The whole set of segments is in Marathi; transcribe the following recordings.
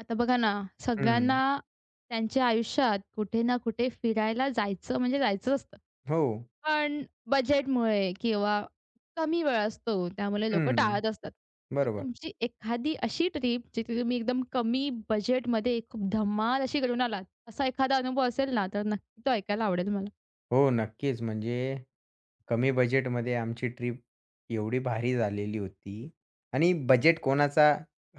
आता बघा ना, सगळ्यांना हं. त्यांच्या आयुष्यात कुठे ना कुठे फिरायला जायचं म्हणजे जायचं असतं. हो. पण बजेटमुळे किंवा कमी वेळ असतो त्यामुळे लोकं हं. टाळत असतात. तर बरोबर. तुमची एखादी अशी ट्रिप जिथे तुम्ही एकदम कमी बजेटमध्ये खूप धमाल अशी घडवून आलात, असा एखादा अनुभव असेल ना, तर नक्की तो ऐकायला आवडेल मला. हो, नक्कीच. म्हणजे कमी बजेटमध्ये आमची ट्रिप एवढी भारी झालेली होती आणि बजेट कोणाचा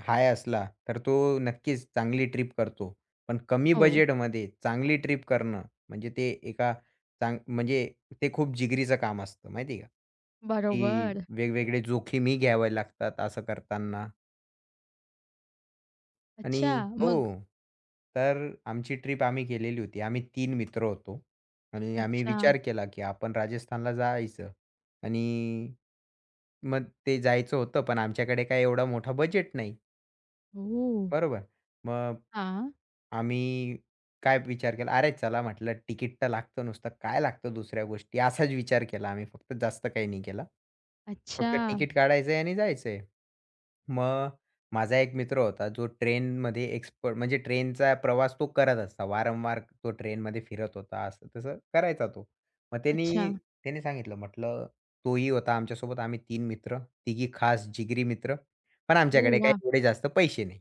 हाय असला, तर तो नक्कीच चांगली ट्रिप करतो. पण कमी हो, बजेटमध्ये चांगली ट्रिप करणं म्हणजे ते एका चांग म्हणजे ते खूप जिगरीचं काम असतं, माहिती आहे का? की बरोबर. वेगवेगळे जोखीमही घ्याव्या लागतात असं करताना. आणि अच्छा, हो. मग तर आमची ट्रिप आम्ही केलेली होती. आम्ही तीन मित्र होतो आणि आम्ही अच्छा. विचार केला, की आपण राजस्थानला जायचं आणि मग ते जायचं होतं, पण आमच्याकडे काही एवढा मोठा बजेट नाही. ओह! बरोबर. मग हां. आम्ही काय विचार केला, "अरे चला," म्हटलं, "तिकीट तर लागतं नुसतं काय लागतं दुसऱ्या गोष्टी?" असाच विचार केला आम्ही फक्त जास्त काही नाही केला. अच्छा, फक्त तिकीट काढायचंय आणि जायचंय. मग माझा एक मित्र होता जो ट्रेनमध्ये एक्सपर्ट म्हणजे ट्रेनचा प्रवास तो करत असता. वारंवार तो ट्रेनमध्ये फिरत होता. असं तसं करायचा तो. मग अच्छा. त्याने सांगितलं म्हटलं तोही होता आमच्यासोबत. आम्ही 3 मित्र, तिघी खास जिगरी मित्र. पण ओह आमच्याकडे काही वाह! एवढे जास्त पैसे नाही.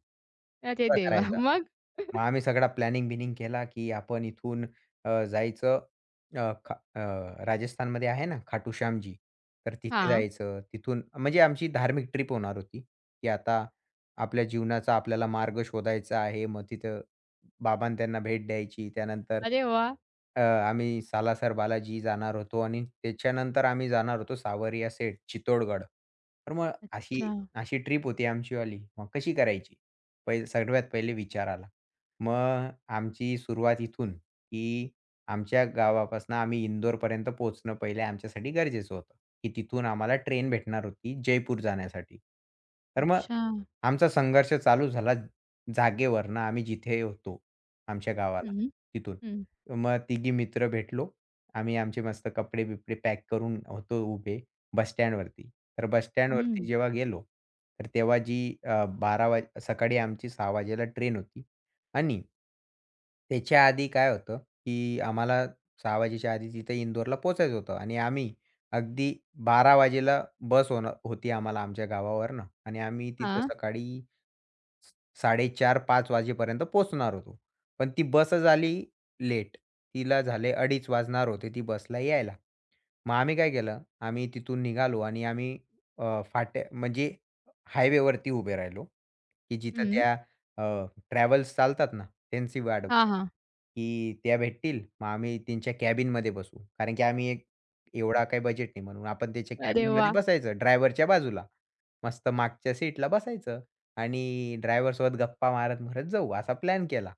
अरे असं देवा! करायचा. मग? मग आम्ही सगळा प्लॅनिंग-बिनिंग केला, की आपण इथून जायचं अ, खा अ, राजस्थानमध्ये आहे ना खाटू श्यामजी, तर तिथे हां. जायचं. तिथून म्हणजे आमची धार्मिक ट्रिप होणार होती, की आता आपल्या जीवनाचा आपल्याला मार्ग शोधायचा आहे. मग तिथं बाबांना त्यांना भेट द्यायची. त्यानंतर अरे वाह! आम्ही सालासर बालाजी जाणार होतो आणि त्याच्यानंतर आम्ही जाणार होतो सावरिया सेट, चित्तोडगड. तर मग अशी अच्छा, अशी ट्रिप होती आमचीवाली. मग कशी करायची? पहिले सर्वात पहिले विचार आला. मग आमची सुरुवात इथून, की आमच्या गावापासून आम्ही इंदोरपर्यंत पोहोचणं पहिले आमच्यासाठी गरजेचं होतं, की तिथून आम्हाला ट्रेन भेटणार होती जयपूर जाण्यासाठी. तर मग अच्छा. आमचा संघर्ष चालू झाला जागेवरनं आम्ही जिथे होतो आमच्या गावाला हं, तिथून. हं, मग तिघी मित्र भेटलो. आम्ही आमचे मस्त कपडे-बिपडे पॅक करून होतो उभे बस स्टँडवरती. तर बस स्टँडवरती हं. जेव्हा गेलो, तर तेव्हा जी 12 वाज सकाळी आमची 6 वाजेला ट्रेन होती. आणि त्याच्या आधी काय होतं, की आम्हाला 6:00 वाजेच्या आधी तिथे इंदोरला पोहोचायचं होतं आणि आम्ही अगदी 12:00 वाजेला बस होणं होती आम्हाला आमच्या गावावरनं आणि आम्ही तिथं हां, सकाळी 4:30-5:00 वाजेपर्यंत पोहोचणार होतो. पण ती बसच आली लेट. तिला झाले 2:30 वाजणार होते ती बसला यायला. मग आम्ही काय केलं, आम्ही तिथून निघालो आणि आम्ही फाट्या म्हणजे हायवेवरती उभे राहिलो, की जिथं हं. त्या अ, ट्रॅव्हल्स चालतात ना, त्यांची वाट हां, बघत, हां. की त्या भेटतील. मग आम्ही त्यांच्या कॅबिनमध्ये बसू. कारण की आम्ही एक एवढा काही बजेट नाही म्हणून आपण त्याच्या अरे कॅबिनमध्ये वाह! बसायचं ड्रायव्हरच्या बाजूला. मस्त मागच्या सीटला बसायचं आणि ड्रायव्हरसोबत गप्पा मारत-मारत जाऊ असा प्लॅन केला.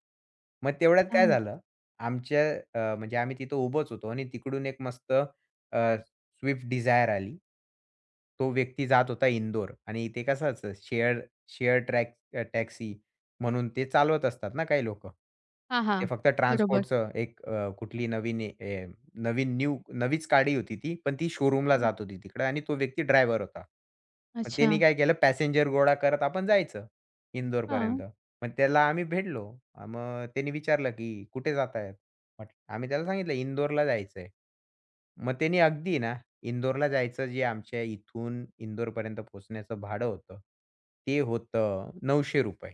मग तेवढ्यात काय छान. झालं, आमच्या म्हणजे आम्ही तिथं उभंच होतो आणि तिकडून एक मस्त स्विफ्ट Swift डिझायर आली. तो व्यक्ती जात होता इंदोर आणि ते कसंच शेअर शेअर टॅक्सी म्हणून ते चालवत असतात ना काही लोकं. हां, हां. ते फक्त बरोबर. ट्रान्सपोर्टचं एक कुठली नवीन ए ए नवीन नवीच गाडी होती ती, पण ती शोरूमला हं, जात होती तिकडं आणि तो व्यक्ती ड्रायव्हर होता. मग अच्छा. त्यांनी काय केलं पॅसेंजर गोळा करत आपण जायचं इंदोरपर्यंत. हां. मग त्याला आम्ही भेटलो. मग त्यांनी विचारलं, की "कुठे जाताय?" म्हटलं आम्ही त्याला सांगितलं, "इंदोरला जायचंय." मग त्यानी अगदी ना, इंदोरला जायचं जे आमच्या इथून इंदोरपर्यंत पोहोचण्याचं भाडं होतं, ते होतं ₹900.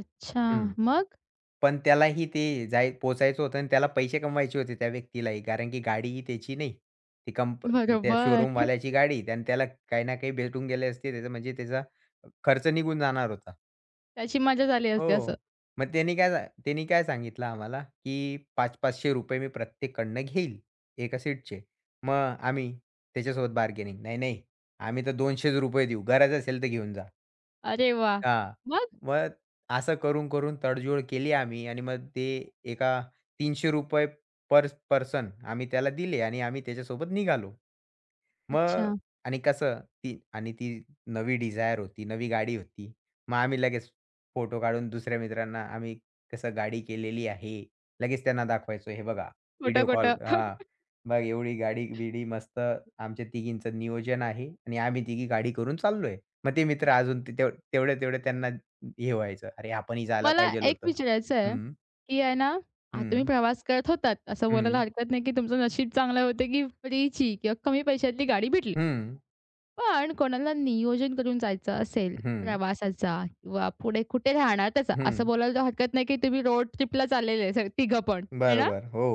अच्छा. हं. मग? पण त्यालाही ते पोहोचायचं होतं आणि त्याला पैसे कमवायचे होते त्या व्यक्तीलाही. कारण की गाडीही त्याची नाही. ती कंप त्या बरोबर. शोरूमवाल्याची गाडी आणि त्याला काही ना काही भेटून गेले असते त्याचं म्हणजे त्याचा खर्च निघून जाणार होता. त्याची मजा झाली असते हो. असं. मग त्यांनी काय सांगितलं आम्हाला, की ₹500-500 मी प्रत्येककडनं घेईल, एका सीटचे. मग आम्ही त्याच्यासोबत बार्गेनिंग, "नाही, नाही, आम्ही तर ₹200च देऊ. गरज असेल तर घेऊन जा." अरे वाह! हां. मग? मग असं करून, करून तडजोड केली आम्ही आणि मग ते एका ₹300 पर पर्सन आम्ही त्याला दिले आणि आम्ही त्याच्यासोबत निघालो. मग अच्छा. आणि कसं ती नवी डिझायर होती, नवी गाडी होती. मग आम्ही लगेच फोटो काढून दुसऱ्या मित्रांना आम्ही कसं गाडी केलेली आहे, लगेच त्यांना दाखवायचो. हे बघा व्हिडिओ कॉल खोटं-खोटं. हां. मग एवढी गाडी-बिडी मस्त आमच्या तिघींचं नियोजन आहे आणि आम्ही तिघी गाडी करून चाललोय. मग ते मित्र अजून ते तेवढ्या-तेवढ्या त्यांना हे व्हायचं, "अरे, आपणही जायला मला पाहिजेल एक होतं." विचारायचं आहे, हं, की आहे ना, तुम्ही हं, प्रवास करत होतात असं बोलायला हं, हरकत नाही, की तुमचं नशीब चांगलं होतं, की फ्रीची किंवा कमी पैशातली गाडी भेटली. हं, पण कोणाला नियोजन करून जायचं असेल हं, प्रवासाचा किंवा पुढे कुठे राहणार त्याचा, असं हं. बोलायला तर हरकत नाही, की तुम्ही रोड ट्रिपला चाललेले आहे तिघं पण, है ना? बरोबर. हो.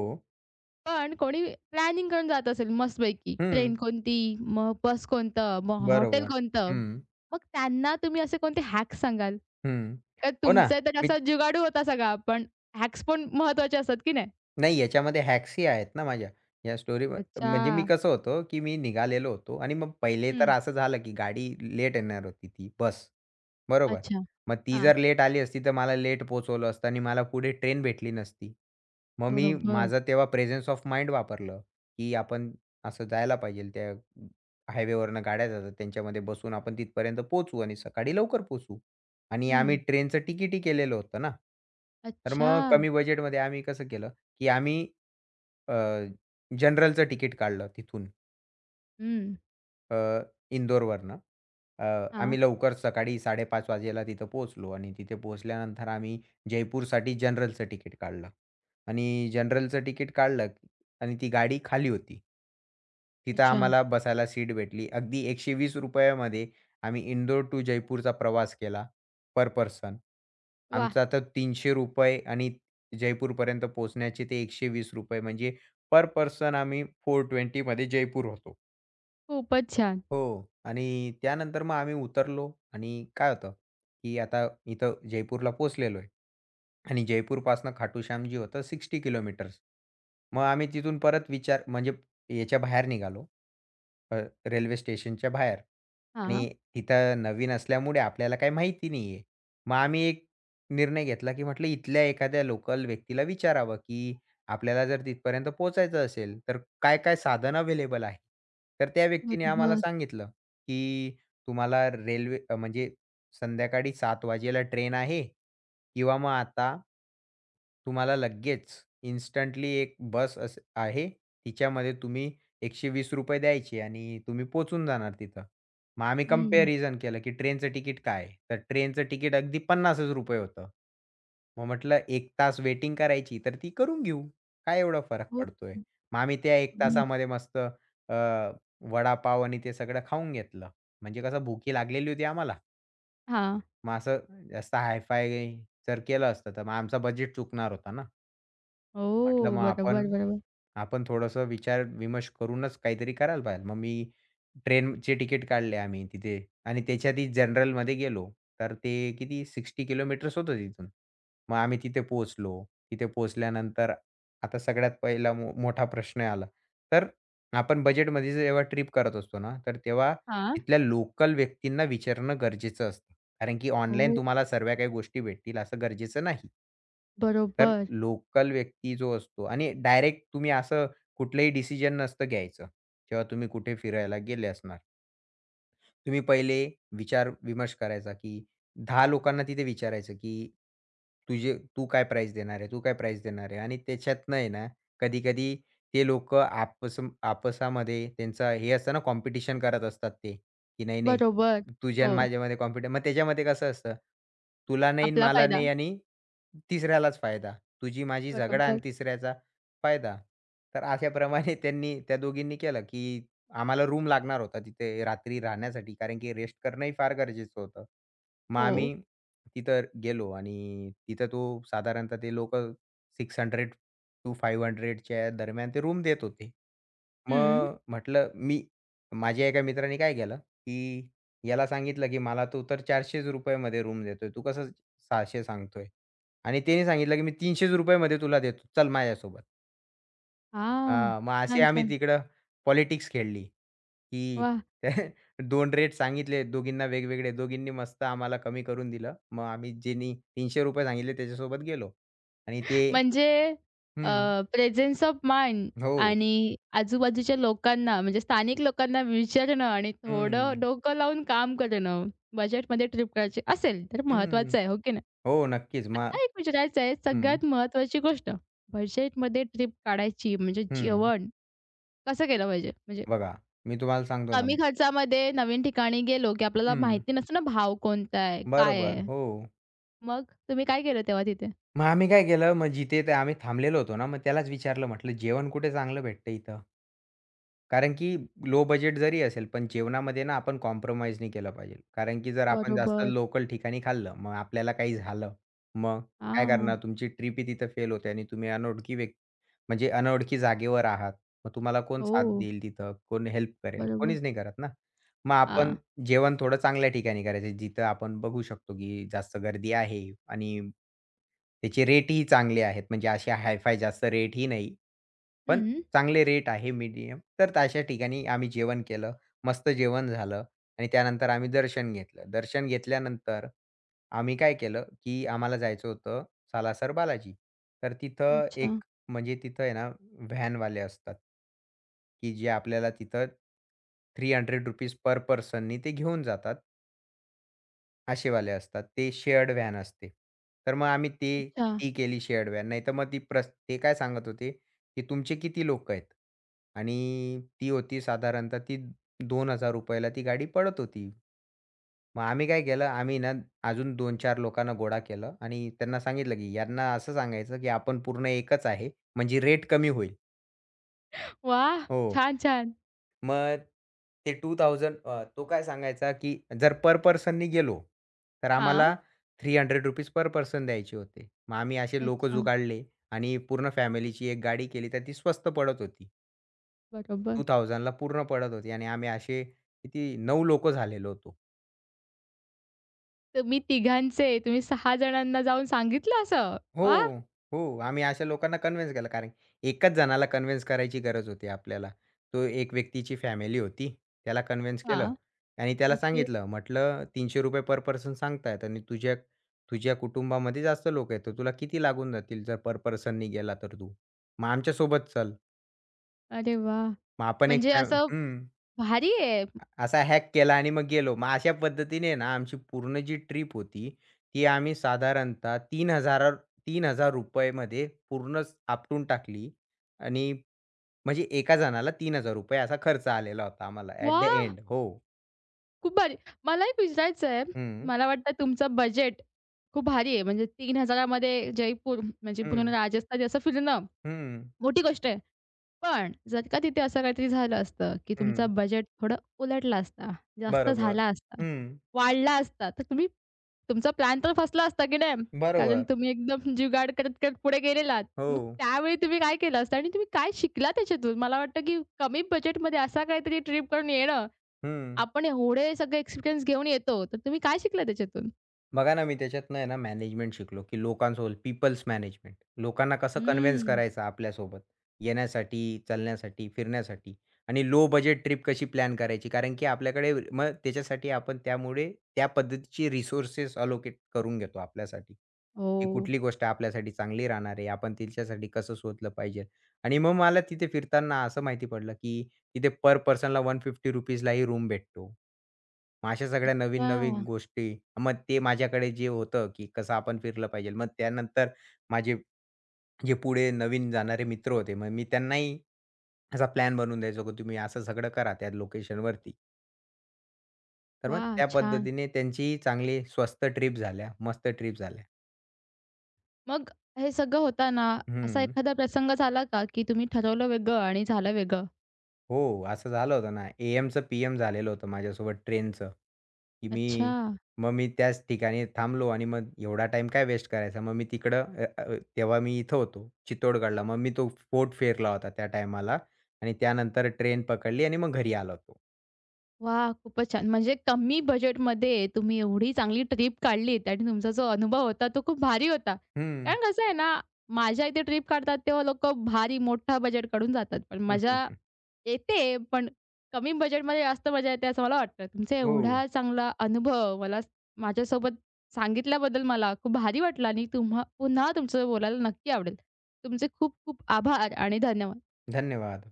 पण कोणी प्लॅनिंग करून जात असेल मस्तपैकी, हं. ट्रेन कोणती, मग बस कोणतं, मग हॉटेल बरोबर. कोणतं, हं. मग त्यांना तुम्ही असे कोणते हॅक्स सांगाल? हं. का हो ना. तुमचा तर मी असा जुगाडू होता सगळा, पण हॅक्स पण महत्त्वाचे असतात की नाही? नाही याच्यामध्ये हॅक्स ही आहेत ना माझ्या. या स्टोरीवर अच्छा. म्हणजे मी कसं होतं, की मी निघालेलो होतो आणि मग पहिले तर हं. असं झालं, की गाडी लेट येणार होती ती बस. बरोबर. अच्छा. मग ती हां. जर लेट आली असती, तर मला लेट पोहोचवलं असतं आणि मला पुढे ट्रेन भेटली नसती. मग मी बरोबर. माझं तेव्हा प्रेझन्स ऑफ माइंड वापरलं, की आपण असं जायला पाहिजे. त्या हायवेवरनं गाड्या जातात, त्यांच्यामध्ये बसून आपण तिथपर्यंत पोहोचू आणि सकाळी लवकर पोहोचू. आणि हं. आम्ही ट्रेनचं तिकीटही केलेलं होतं ना. तर मग अच्छा. कमी बजेटमध्ये आम्ही कसं केलं, की आम्ही अ, जनरलचं तिकीट काढलं तिथून. हं. अ, इंदोरवरनं. अ, हां. आम्ही लवकर सकाळी 5:30 वाजेला तिथं पोहोचलो आणि तिथे पोहोचल्यानंतर आम्ही जयपूरसाठी जनरलचं तिकीट काढलं आणि जनरलचं तिकीट काढलं की- आणि ती गाडी खाली होती. तिथं अच्छा. आम्हाला बसायला सीट भेटली. अगदी ₹120 मध्ये आम्ही इंदोर टू जयपूरचा प्रवास केला पर पर्सन. वाह! आमचा तर ₹300 आणि जयपूरपर्यंत पोहोचण्याचे ते ₹120 म्हणजे पर पर्सन आम्ही 420 मध्ये जयपूर होतो. खूपच छान. हो. आणि त्यानंतर मग आम्ही उतरलो आणि काय होतं, की आता इथं जयपूरला पोहोचलेलो आहे. आणि जयपूरपासून खाटू श्याम जे होतं 60 किलोमीटर्स. मग आम्ही तिथून परत विचार म्हणजे याच्या बाहेर निघालो, अ, रेल्वे स्टेशनच्या बाहेर हां. आणि तिथं नवीन असल्यामुळे आपल्याला काही माहिती नाही आहे. मग आम्ही एक निर्णय घेतला, की म्हटलं इथल्या एखाद्या लोकल व्यक्तीला विचारावं, की आपल्याला जर तिथपर्यंत पोहोचायचं असेल, तर काय-काय साधन अवेलेबल आहे? तर त्या व्यक्तीने आम्हाला बरोबर. सांगितलं, की तुम्हाला म्हणजे संध्याकाळी 7:00 वाजेला ट्रेन आहे किंवा मग आता तुम्हाला लगेच इन्स्टंटली एक बस अस आहे. तिच्यामध्ये तुम्ही ₹120 द्यायचे आणि तुम्ही पोहोचून जाणार तिथं. मग आम्ही हं. कंपॅरिझन केलं, की ट्रेनचं तिकीट काय आहे? तर ट्रेनचं तिकीट अगदी ₹50च होतं. मग म्हटलं 1 तास वेटिंग करायची तर ती करून घेऊ. काय एवढा फरक हो. पडतोय? मग आम्ही त्या 1 बरोबर. तासामध्ये मस्त वडापाव आणि ते सगळं खाऊन घेतलं. म्हणजे कसं भुकी लागलेली होती आम्हाला. हां. मग असं जास्त हाय-फाय जर केलं असतं, तर मग आमचं बजेट चुकणार होता ना. म्हटलं हो. मग बरोबर, आपण बरोबर. आपण थोडंसं विचार-विमर्श करूनच काहीतरी करायला पाहिजे. मग मी ट्रेनचे तिकीट काढले आम्ही तिथे आणि त्याच्यातही जनरलमध्ये गेलो. तर ते किती 60 किलोमीटर्स होतं तिथून. मग आम्ही तिथे पोहोचलो. तिथे पोहोचल्यानंतर आता सगळ्यात पहिला मोठा प्रश्न आला. तर आपण बजेटमध्ये जेव्हा ट्रिप करत असतो ना, तर तेव्हा हां. तिथल्या लोकल व्यक्तींना विचारणं गरजेचं असतं. कारण की ऑनलाईन हो. तुम्हाला सर्व काही गोष्टी भेटतील असं गरजेचं नाही. तर बरोबर, लोकल व्यक्ती जो असतो आणि डायरेक्ट तुम्ही असं कुठलंही डिसिजन नसतं घ्यायचं. जेव्हा तुम्ही कुठे फिरायला गेले असणार. तुम्ही पहिले विचार-विमर्श करायचा, की 10 लोकांना तिथे विचारायचं, की तुझे तू काय प्राईज देणार आहे? तू काय प्राईज देणार आहे? आणि त्याच्यातनं आहे ना, कधी-कधी ते लोकं आपसामध्ये त्यांचा हे असतं ना, कॉम्पिटिशन करत असतात ते, की नाही, नाही, बरोबर. तुझ्या आणि हो. माझ्यामध्ये मग त्याच्यामध्ये कसं असतं, तुला नाही आणि आपला मला फायदा. नाही आणि तिसऱ्यालाच फायदा. तुझी माझी झगडा आणि बरोबर. तिसऱ्याचा फायदा. तर अशाप्रमाणे त्यांनी त्या दोघींनी केलं, की आम्हाला रूम लागणार होता तिथे रात्री राहण्यासाठी, कारण की रेस्ट करणंही फार गरजेचं होतं. मग हो. आम्ही तिथं गेलो आणि तिथं तो साधारणतः ते लोकं 600-500 च्या दरम्यान ते रूम देत होते. हं. मग म्हटलं मी माझ्या एका मित्राने काय केलं, की याला सांगितलं, की "मला तू तर ₹400 मध्ये रूम देतोय. तू कसं 600 सांगतोय?" आणि त्याने सांगितलं, की "मी ₹300 मध्ये तुला देतो. चल माझ्यासोबत." हां. हां, मग असे छान, आम्ही छान. तिकडं पॉलिटिक्स खेळली, की वाह! 2 रेट सांगितले दोघींना वेगवेगळे. दोघींनी मस्त आम्हाला कमी करून दिलं. मग आम्ही ज्यांनी ₹300 सांगितले त्याच्यासोबत गेलो आणि ते म्हणजे अ, हं. प्रेझेन्स ऑफ माइंड हो. आणि आजूबाजूच्या लोकांना म्हणजे स्थानिक लोकांना विचारणं आणि थोडं हं, डोकं लावून काम करणं, बजेटमध्ये ट्रिप करायची असेल तर हं. महत्त्वाचं आहे. हो की नाही? हो, नक्कीच. मग आता एक विचारायचं आहे, हं, सगळ्यात महत्त्वाची गोष्ट, बजेटमध्ये ट्रिप काढायची म्हणजे हं. जेवण कसं केलं पाहिजे? म्हणजे बघा, मी तुम्हाला सांगतो ना. कमी खर्चामध्ये नवीन ठिकाणी गेलो, की आपल्याला हं. माहिती नसतं ना भाव कोणता आहे? काय बरोबर. आहे? हो. मग तुम्ही काय केलं तेव्हा तिथे? मग आम्ही काय केलं, मग जिथे ते आम्ही थांबलेलो होतो ना, मग त्यालाच विचारलं म्हटलं, "जेवण कुठे चांगलं भेटतं इथं?" कारण की लो बजेट जरी असेल, पण जेवणामध्ये ना आपण कॉम्प्रोमाईज नाही केलं पाहिजे. कारण की जर आपण जास्त बरोबर. लोकल ठिकाणी खाल्लं, मग आपल्याला काही झालं, मग काय हां. करणार? तुमची ट्रिपही तिथं फेल होते आणि तुम्ही अनोळखी व्यक्ती म्हणजे अनोळखी जागेवर आहात. मग तुम्हाला कोण साथ ओह! देईल तिथं? कोण हेल्प करेल? बरोबर. कोणीच नाही करत ना. मग हां. आपण जेवण थोडं चांगल्या ठिकाणी करायचं, जिथं आपण बघू शकतो की जास्त गर्दी आहे आणि त्याचे रेटही चांगले आहेत. म्हणजे असे हाय जास्त रेटही नाही. पण हं. चांगले रेट आहे मीडियम. तर अशा ठिकाणी आम्ही जेवण केलं. मस्त जेवण झालं आणि त्यानंतर आम्ही दर्शन घेतलं. दर्शन घेतल्यानंतर आम्ही काय केलं, की आम्हाला जायचं होतं सालासर बालाजी. तर तिथं अच्छा, एक म्हणजे तिथं आहे ना व्हॅनवाले असतात, की जे आपल्याला तिथं ₹300 पर पर्सननी ते घेऊन जातात. असेवाले असतात. ते शेअर्ड व्हॅन असते. तर मग आम्ही ते अच्छा. ती केली शेअर्ड व्हॅन. नाहीतर मग ती प्रस ते काय सांगत होते, की तुमचे किती लोक आहेत? आणि ती होती साधारणतः ती ₹2000 ला ती गाडी पडत होती. मग आम्ही काय केलं, आम्ही ना अजून 2-4 लोकांना गोळा केलं आणि त्यांना सांगितलं, की यांना असं सांगायचं, की आपण पूर्ण एकच आहे. म्हणजे रेट कमी होईल. वाह! हो. छान, छान. मग ते 2000 तो काय सांगायचा, की जर पर पर्सननी गेलो, तर हां. आम्हाला three hundred rupees per person द्यायचे होते. मग आम्ही असे लोक अच्छा. जुगाडले आणि पूर्ण फॅमिलीची एक गाडी केली, तर ती स्वस्त पडत होती. बरोबर. 2000ला पूर्ण पडत होती आणि आम्ही असे किती 9 लोक झालेलो होतो. तुम्ही तिघांचे तुम्ही 6 जणांना जाऊन सांगितलं असं? हो, वाह! हो. आम्ही अशा लोकांना कन्विन्स केलं कारण एकाच जणाला कन्विन्स करायची गरज होती आपल्याला. तो एक व्यक्तीची फॅमिली होती. त्याला कन्विन्स केलं हां. आणि त्याला ओके. सांगितलं म्हटलं ₹300 पर पर्सन सांगतायत आणि तुझ्या तुझ्या कुटुंबामध्ये जास्त लोक आहेत, तर तुला किती लागून जातील जर पर पर्सननी गेला तर तू? मग आमच्यासोबत चल. अरे वाह! मग आपण एक म्हणजे फॅम असं हं. भारी आहे. असा हॅक केला आणि मग गेलो. मग अशा पद्धतीने ना, आमची पूर्ण जी ट्रिप होती, ती आम्ही साधारणतः ₹3000 मध्ये पूर्णच आपटून टाकली आणि म्हणजे एका जणाला ₹3000 असा खर्च आलेला होता आम्हाला ॲट द वाह! एंड. हो. खूप भारी. मला एक विचारायचं आहे, हं, मला वाटतं तुमचं बजेट खूप भारी आहे. म्हणजे 3,000 मध्ये जयपूर म्हणजे पूर्ण हं, राजस्थान असं फिरणं हं, मोठी गोष्ट आहे. पण जर का तिथे असं काहीतरी झालं असतं, की तुमचा हं. बजेट थोडं उलटला असता, जास्त बरोबर. झाला असता, हं. वाढला असता, तर तुम्ही तुमचा प्लॅन तर फसला असता, की नाही? कारण बरोबर. तुम्ही एकदम जुगाड करत-करत पुढे गेलेलात. हो. मग त्यावेळी तुम्ही काय केलं असतं आणि तुम्ही काय शिकला त्याच्यातून? मला वाटतं, की कमी बजेटमध्ये असा काहीतरी ट्रिप करून येणं हं. आपण एवढे सगळे एक्सपिरियन्स घेऊन येतो, तर तुम्ही काय शिकला त्याच्यातून? बघा ना, मी त्याच्यातनं आहे ना मॅनेजमेंट शिकलो, की लोकांसोबत पीपल्स मॅनेजमेंट. लोकांना कसं कन्व्हिन्स हम्म. करायचं आपल्यासोबत येण्यासाठी, चालण्यासाठी, फिरण्यासाठी आणि लो बजेट ट्रिप कशी प्लॅन करायची. कारण की आपल्याकडे मग त्याच्यासाठी आपण त्यामुळे त्या पद्धतीची रिसोर्सेस अलोकेट करून घेतो आपल्यासाठी, हो. की कुठली गोष्ट आपल्यासाठी चांगली राहणार आहे. आपण तिच्यासाठी कसं शोधलं पाहिजे आणि मग मला तिथे फिरताना असं माहिती पडलं, की तिथे पर पर्सनला ₹150 लाही रूम भेटतो. मग अशा सगळ्या अच्छा. नवीन-नवीन गोष्टी. मग ते माझ्याकडे जे होतं, की कसं आपण फिरलं पाहिजे. मग त्यानंतर माझे जे पुढे नवीन जाणारे मित्र होते, मग मी त्यांनाही असा प्लॅन बनवून द्यायचो, की तुम्ही असं सगळं करा त्या लोकेशनवरती. तर मग वाह! त्या छान. पद्धतीने त्यांचीही चांगली स्वस्त ट्रिप झाल्या, मस्त ट्रिप झाल्या. मग हे सगळं होताना असा हं. एखादा प्रसंग झाला का, की तुम्ही ठरवलं वेगळं आणि झालं वेगळं? हो, असं झालं होतं ना, एएमचं पीएम झालेलं होतं माझ्यासोबत ट्रेनचं, की मी अच्छा. मग मी त्याच ठिकाणी थांबलो आणि मग एवढा टाईम काय वेस्ट करायचा. मग मी तिकडं अ, अ, तेव्हा मी इथं होतो चित्तोडगडला. मग मी तो फोर्ट फेरला होता त्या टायमाला आणि त्यानंतर ट्रेन पकडली आणि मग घरी आलो होतो. वाह! खूपच छान. म्हणजे कमी बजेटमध्ये तुम्ही एवढी चांगली ट्रिप काढलीत आणि तुमचा जो अनुभव होता तो खूप भारी होता. हं. कारण कसं आहे ना, माझ्या इथे ट्रिप काढतात तेव्हा लोकं भारी मोठा बजेट काढून जातात. पण मजा येते, पण कमी बजेटमध्ये जास्त मजा येते असं मला वाटतं. तुमचा हो. एवढा चांगला अनुभव मला माझ्यासोबत सांगितल्याबद्दल मला खूप भारी वाटलं आणि तुम्हा पुन्हा तुमचं बोलायला नक्की आवडेल. तुमचे खूप खूप आभार आणि धन्यवाद. धन्यवाद.